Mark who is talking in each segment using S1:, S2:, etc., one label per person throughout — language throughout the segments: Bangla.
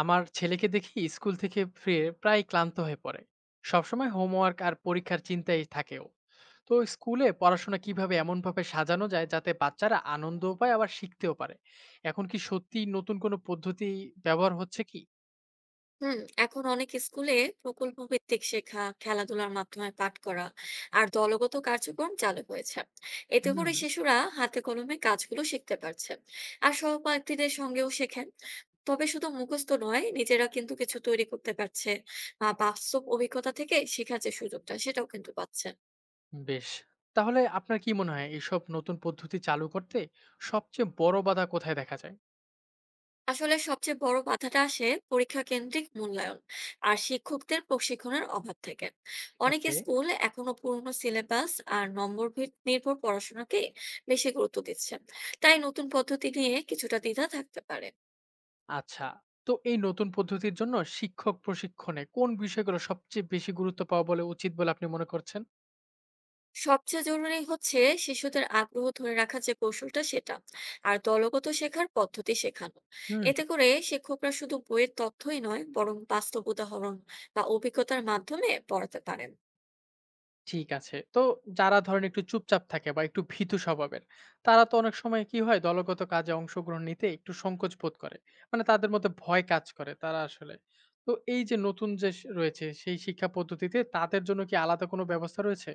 S1: আমার ছেলেকে দেখি স্কুল থেকে ফিরে প্রায় ক্লান্ত হয়ে পড়ে। সবসময় হোমওয়ার্ক আর পরীক্ষার চিন্তায় থাকেও। তো স্কুলে পড়াশোনা কিভাবে এমনভাবে সাজানো যায় যাতে বাচ্চারা আনন্দ পায় আবার শিখতেও পারে? এখন কি সত্যি নতুন কোনো পদ্ধতি ব্যবহার হচ্ছে কি?
S2: হুম। এখন অনেক স্কুলে প্রকল্প ভিত্তিক শেখা, খেলাধুলার মাধ্যমে পাঠ করা আর দলগত কার্যক্রম চালু হয়েছে। এতে করে
S1: হুম।
S2: শিশুরা হাতে কলমে কাজগুলো শিখতে পারছে আর সহপাঠীদের সঙ্গেও শেখেন। তবে শুধু মুখস্থ নয়, নিজেরা কিন্তু কিছু তৈরি করতে পারছে বা বাস্তব অভিজ্ঞতা থেকে শেখার যে সুযোগটা, সেটাও কিন্তু পাচ্ছে।
S1: বেশ। তাহলে আপনার কি মনে হয়, এইসব নতুন পদ্ধতি চালু করতে সবচেয়ে বড় বাধা কোথায় দেখা যায়?
S2: আসলে সবচেয়ে বড় বাধাটা আসে পরীক্ষা কেন্দ্রিক মূল্যায়ন আর শিক্ষকদের প্রশিক্ষণের অভাব থেকে। অনেক
S1: ওকে।
S2: স্কুল এখনো পুরনো সিলেবাস আর নম্বর নির্ভর পড়াশোনাকে বেশি গুরুত্ব দিচ্ছে। তাই নতুন পদ্ধতি নিয়ে কিছুটা দ্বিধা থাকতে পারে।
S1: আচ্ছা। তো এই নতুন পদ্ধতির জন্য শিক্ষক প্রশিক্ষণে কোন বিষয়গুলো সবচেয়ে বেশি গুরুত্ব পাওয়া বলে উচিত বলে আপনি মনে করছেন?
S2: সবচেয়ে জরুরি হচ্ছে শিশুদের আগ্রহ ধরে রাখার যে কৌশলটা সেটা, আর দলগত শেখার পদ্ধতি শেখানো।
S1: হুম।
S2: এতে করে শিক্ষকরা শুধু বইয়ের তথ্যই নয়, বরং বাস্তব উদাহরণ বা অভিজ্ঞতার মাধ্যমে পড়াতে পারেন।
S1: ঠিক আছে। তো যারা ধরেন একটু চুপচাপ থাকে বা একটু ভীতু স্বভাবের, তারা তো অনেক সময় কি হয়, দলগত কাজে অংশগ্রহণ নিতে একটু সংকোচ বোধ করে। মানে তাদের মধ্যে ভয় কাজ করে, তারা আসলে। তো এই যে নতুন যে স রয়েছে সেই শিক্ষা পদ্ধতিতে তাদের জন্য কি আলাদা কোনো ব্যবস্থা রয়েছে?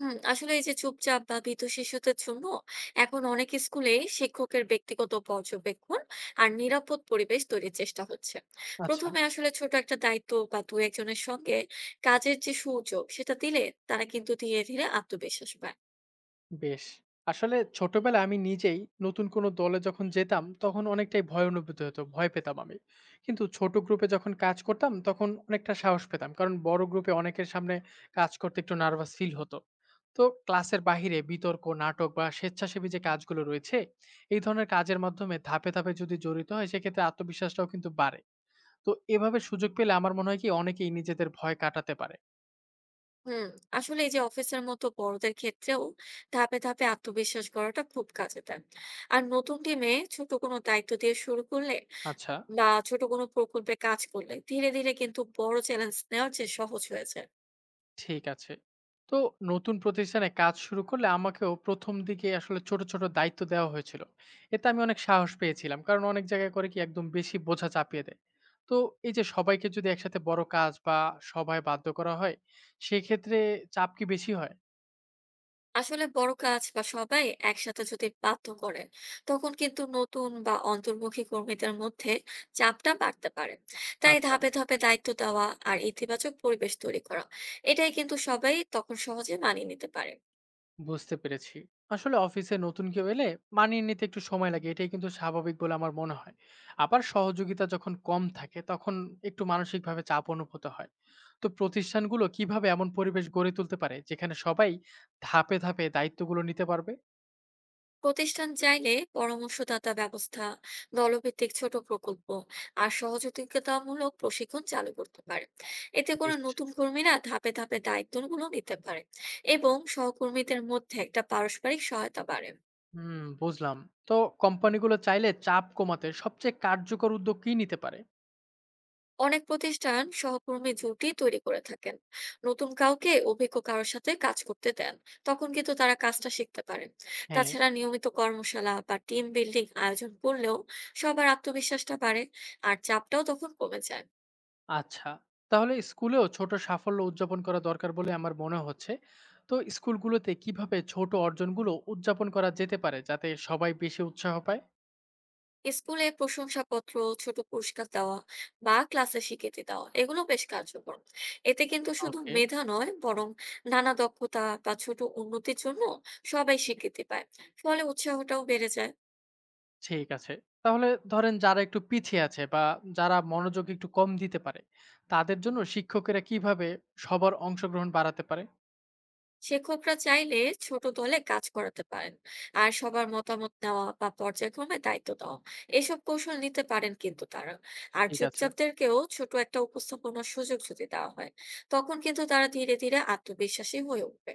S2: হুম, আসলে এই যে চুপচাপ বা ভীত শিশুদের জন্য এখন অনেক স্কুলেই শিক্ষকের ব্যক্তিগত পর্যবেক্ষণ আর নিরাপদ পরিবেশ তৈরির চেষ্টা হচ্ছে।
S1: আচ্ছা।
S2: প্রথমে আসলে ছোট একটা দায়িত্ব বা দু একজনের সঙ্গে কাজের যে সুযোগ সেটা দিলে, তারা কিন্তু ধীরে ধীরে আত্মবিশ্বাস পায়।
S1: বেশ! আসলে ছোটবেলায় আমি নিজেই নতুন কোনো দলে যখন যেতাম, তখন অনেকটাই ভয় অনুভূত হতো। ভয় পেতাম আমি। কিন্তু ছোট গ্রুপে যখন কাজ করতাম, তখন অনেকটা সাহস পেতাম। কারণ বড় গ্রুপে অনেকের সামনে কাজ করতে একটু নার্ভাস ফিল হতো। তো ক্লাসের বাহিরে বিতর্ক, নাটক বা স্বেচ্ছাসেবী যে কাজগুলো রয়েছে, এই ধরনের কাজের মাধ্যমে ধাপে, ধাপে যদি জড়িত হয়, সেক্ষেত্রে আত্মবিশ্বাসটাও কিন্তু বাড়ে। তো এভাবে সুযোগ পেলে আমার মনে হয় কি অনেকেই নিজেদের ভয় কাটাতে পারে।
S2: হুম। আসলে এই যে অফিসের মতো বড়দের ক্ষেত্রেও ধাপে ধাপে আত্মবিশ্বাস করাটা খুব কাজে দেয়। আর নতুন টিমে ছোট কোনো দায়িত্ব দিয়ে শুরু করলে
S1: আচ্ছা।
S2: বা ছোট কোনো প্রকল্পে কাজ করলে, ধীরে ধীরে কিন্তু বড় চ্যালেঞ্জ নেওয়ার যে সহজ হয়েছে।
S1: ঠিক আছে। তো নতুন প্রতিষ্ঠানে কাজ শুরু করলে আমাকেও ১ম দিকে আসলে ছোট, ছোট দায়িত্ব দেওয়া হয়েছিল। এতে আমি অনেক সাহস পেয়েছিলাম। কারণ অনেক জায়গায় করে কি একদম বেশি বোঝা চাপিয়ে দেয়। তো এই যে সবাইকে যদি একসাথে বড় কাজ বা সভায় বাধ্য করা হয়, সেক্ষেত্রে চাপ কি বেশি হয়?
S2: আসলে বড় কাজ বা সবাই একসাথে যদি বাধ্য করে, তখন কিন্তু নতুন বা অন্তর্মুখী কর্মীদের মধ্যে চাপটা বাড়তে পারে। তাই
S1: আচ্ছা।
S2: ধাপে ধাপে দায়িত্ব দেওয়া আর ইতিবাচক পরিবেশ তৈরি করা, এটাই কিন্তু সবাই তখন সহজে মানিয়ে নিতে পারে।
S1: বুঝতে পেরেছি। আসলে অফিসে নতুন কেউ এলে মানিয়ে নিতে একটু সময় লাগে। এটাই কিন্তু স্বাভাবিক বলে আমার মনে হয়। আবার সহযোগিতা যখন কম থাকে, তখন একটু মানসিকভাবে চাপ অনুভূত হয়। তো প্রতিষ্ঠানগুলো কিভাবে এমন পরিবেশ গড়ে তুলতে পারে যেখানে সবাই ধাপে, ধাপে দায়িত্বগুলো নিতে পারবে?
S2: প্রতিষ্ঠান চাইলে পরামর্শদাতা ব্যবস্থা, দলভিত্তিক ছোট প্রকল্প আর সহযোগিতামূলক প্রশিক্ষণ চালু করতে পারে। এতে করে
S1: বেশ।
S2: নতুন কর্মীরা ধাপে ধাপে দায়িত্বগুলো নিতে পারে এবং সহকর্মীদের মধ্যে একটা পারস্পরিক সহায়তা বাড়ে।
S1: হুম। বুঝলাম। তো কোম্পানিগুলো চাইলে চাপ কমাতে সবচেয়ে কার্যকর উদ্যোগ কি নিতে পারে?
S2: অনেক প্রতিষ্ঠান সহকর্মী জুটি তৈরি করে থাকেন, নতুন কাউকে অভিজ্ঞ কারোর সাথে কাজ করতে দেন। তখন কিন্তু তারা কাজটা শিখতে পারেন।
S1: হ্যাঁ।
S2: তাছাড়া নিয়মিত কর্মশালা বা টিম বিল্ডিং আয়োজন করলেও সবার আত্মবিশ্বাসটা বাড়ে আর চাপটাও তখন কমে যায়।
S1: আচ্ছা। তাহলে স্কুলেও ছোট সাফল্য উদযাপন করা দরকার বলে আমার মনে হচ্ছে। তো স্কুলগুলোতে কিভাবে ছোট অর্জনগুলো উদযাপন করা যেতে পারে যাতে সবাই বেশি উৎসাহ পায়?
S2: স্কুলে প্রশংসাপত্র, ছোট পুরস্কার দেওয়া বা ক্লাসে স্বীকৃতি দেওয়া, এগুলো বেশ কার্যকর। এতে কিন্তু শুধু
S1: ওকে।
S2: মেধা নয়, বরং নানা দক্ষতা বা ছোট উন্নতির জন্য সবাই স্বীকৃতি পায়, ফলে উৎসাহটাও বেড়ে যায়।
S1: ঠিক আছে। তাহলে ধরেন যারা একটু পিছিয়ে আছে বা যারা মনোযোগ একটু কম দিতে পারে, তাদের জন্য শিক্ষকেরা কিভাবে সবার অংশগ্রহণ বাড়াতে পারে?
S2: শিক্ষকরা চাইলে ছোট দলে কাজ করাতে পারেন। আর সবার মতামত নেওয়া বা পর্যায়ক্রমে দায়িত্ব দেওয়া, এসব কৌশল নিতে পারেন কিন্তু তারা। আর
S1: ঠিক আছে।
S2: চুপচাপদেরকেও ছোট একটা উপস্থাপনার সুযোগ যদি দেওয়া হয়, তখন কিন্তু তারা ধীরে ধীরে আত্মবিশ্বাসী হয়ে উঠবে।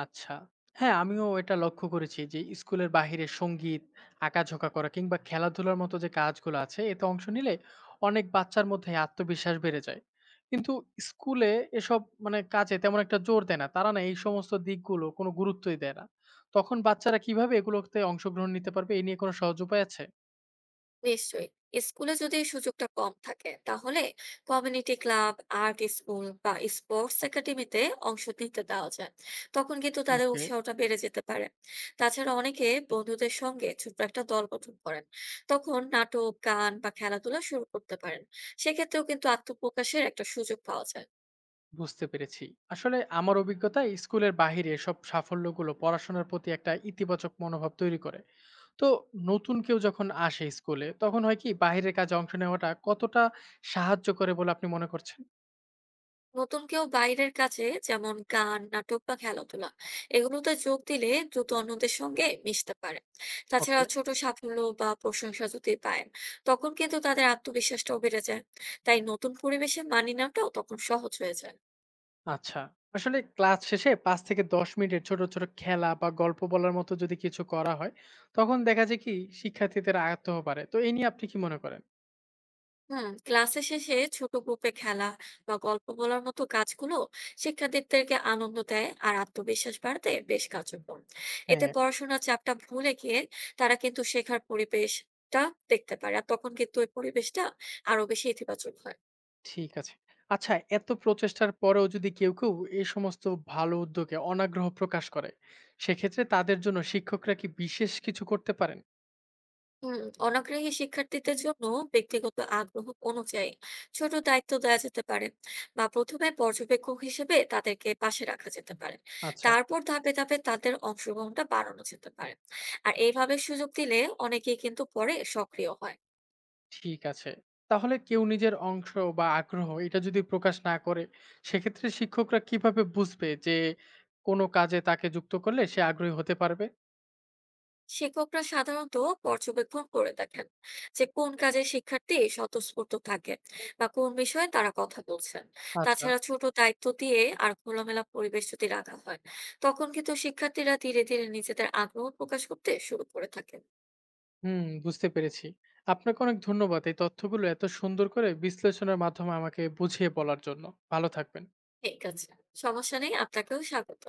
S1: আচ্ছা। হ্যাঁ, আমিও এটা লক্ষ্য করেছি যে স্কুলের বাহিরে সংগীত, আঁকাঝোঁকা করা কিংবা খেলাধুলার মতো যে কাজগুলো আছে, এতে অংশ নিলে অনেক বাচ্চার মধ্যে আত্মবিশ্বাস বেড়ে যায়। কিন্তু স্কুলে এসব, মানে কাজে তেমন একটা জোর দেয় না। তারা না এই সমস্ত দিকগুলো কোনো গুরুত্বই দেয় না। তখন বাচ্চারা কিভাবে এগুলোতে অংশগ্রহণ নিতে পারবে, এ নিয়ে কোনো সহজ উপায় আছে?
S2: নিশ্চয়ই, স্কুলে যদি এই সুযোগটা কম থাকে, তাহলে কমিউনিটি ক্লাব, আর্ট স্কুল বা স্পোর্টস একাডেমিতে অংশ নিতে দেওয়া যায়। তখন কিন্তু তাদের
S1: ওকে।
S2: উৎসাহটা বেড়ে যেতে পারে। তাছাড়া অনেকে বন্ধুদের সঙ্গে ছোট্ট একটা দল গঠন করেন, তখন নাটক, গান বা খেলাধুলা শুরু করতে পারেন। সেক্ষেত্রেও কিন্তু আত্মপ্রকাশের একটা সুযোগ পাওয়া যায়।
S1: বুঝতে পেরেছি। আসলে আমার অভিজ্ঞতায় স্কুলের বাহিরে এসব সাফল্যগুলো পড়াশোনার প্রতি একটা ইতিবাচক মনোভাব তৈরি করে। তো নতুন কেউ যখন আসে স্কুলে, তখন হয় কি বাহিরের কাজে অংশ নেওয়াটা কতটা সাহায্য করে বলে আপনি মনে করছেন?
S2: নতুন কেউ বাইরের কাছে, যেমন গান, নাটক বা খেলাধুলা, এগুলোতে যোগ দিলে দ্রুত অন্যদের সঙ্গে মিশতে পারে। তাছাড়া
S1: ওকে।
S2: ছোট সাফল্য বা প্রশংসা যদি পায়, তখন কিন্তু তাদের আত্মবিশ্বাসটাও বেড়ে যায়। তাই নতুন পরিবেশে মানিয়ে নেওয়াটাও তখন সহজ হয়ে যায়।
S1: আচ্ছা। আসলে ক্লাস শেষে ৫ থেকে ১০ মিনিটের ছোট, ছোট খেলা বা গল্প বলার মতো যদি কিছু করা হয়, তখন দেখা যায় কি শিক্ষার্থীদের আয়ত্তও বাড়ে। তো এই নিয়ে আপনি কি মনে করেন?
S2: হুম, ক্লাসের শেষে ছোট গ্রুপে খেলা বা গল্প বলার মতো কাজগুলো শিক্ষার্থীদেরকে আনন্দ দেয় আর আত্মবিশ্বাস বাড়াতে বেশ কার্যকর। এতে
S1: হ্যাঁ।
S2: পড়াশোনার চাপটা ভুলে গিয়ে তারা কিন্তু শেখার পরিবেশটা দেখতে পারে, আর তখন কিন্তু ওই পরিবেশটা আরো বেশি ইতিবাচক হয়।
S1: ঠিক আছে। আচ্ছা, এত প্রচেষ্টার পরেও যদি কেউ এই সমস্ত ভালো উদ্যোগে অনাগ্রহ প্রকাশ করে, সেক্ষেত্রে তাদের জন্য শিক্ষকরা কি বিশেষ কিছু করতে পারেন?
S2: হুম, অনাগ্রহী শিক্ষার্থীদের জন্য ব্যক্তিগত আগ্রহ অনুযায়ী ছোট দায়িত্ব দেওয়া যেতে পারে, বা প্রথমে পর্যবেক্ষক হিসেবে তাদেরকে পাশে রাখা যেতে পারে।
S1: আচ্ছা।
S2: তারপর ধাপে ধাপে তাদের অংশগ্রহণটা বাড়ানো যেতে পারে। আর এইভাবে সুযোগ দিলে অনেকেই কিন্তু পরে সক্রিয় হয়।
S1: ঠিক আছে। তাহলে কেউ নিজের অংশ বা আগ্রহ এটা যদি প্রকাশ না করে, সেক্ষেত্রে শিক্ষকরা কিভাবে বুঝবে যে কোন কাজে তাকে যুক্ত করলে সে আগ্রহী হতে পারবে?
S2: শিক্ষকরা সাধারণত পর্যবেক্ষণ করে দেখেন যে কোন কাজে শিক্ষার্থী স্বতঃস্ফূর্ত থাকে বা কোন বিষয়ে তারা কথা বলছেন।
S1: আচ্ছা।
S2: তাছাড়া ছোট দায়িত্ব দিয়ে আর খোলামেলা পরিবেশ যদি রাখা হয়, তখন কিন্তু শিক্ষার্থীরা ধীরে ধীরে নিজেদের আগ্রহ প্রকাশ করতে শুরু করে থাকেন।
S1: হুম, বুঝতে পেরেছি। আপনাকে অনেক ধন্যবাদ এই তথ্যগুলো এত সুন্দর করে বিশ্লেষণের মাধ্যমে আমাকে বুঝিয়ে বলার জন্য। ভালো থাকবেন।
S2: ঠিক আছে, সমস্যা নেই। আপনাকেও স্বাগত।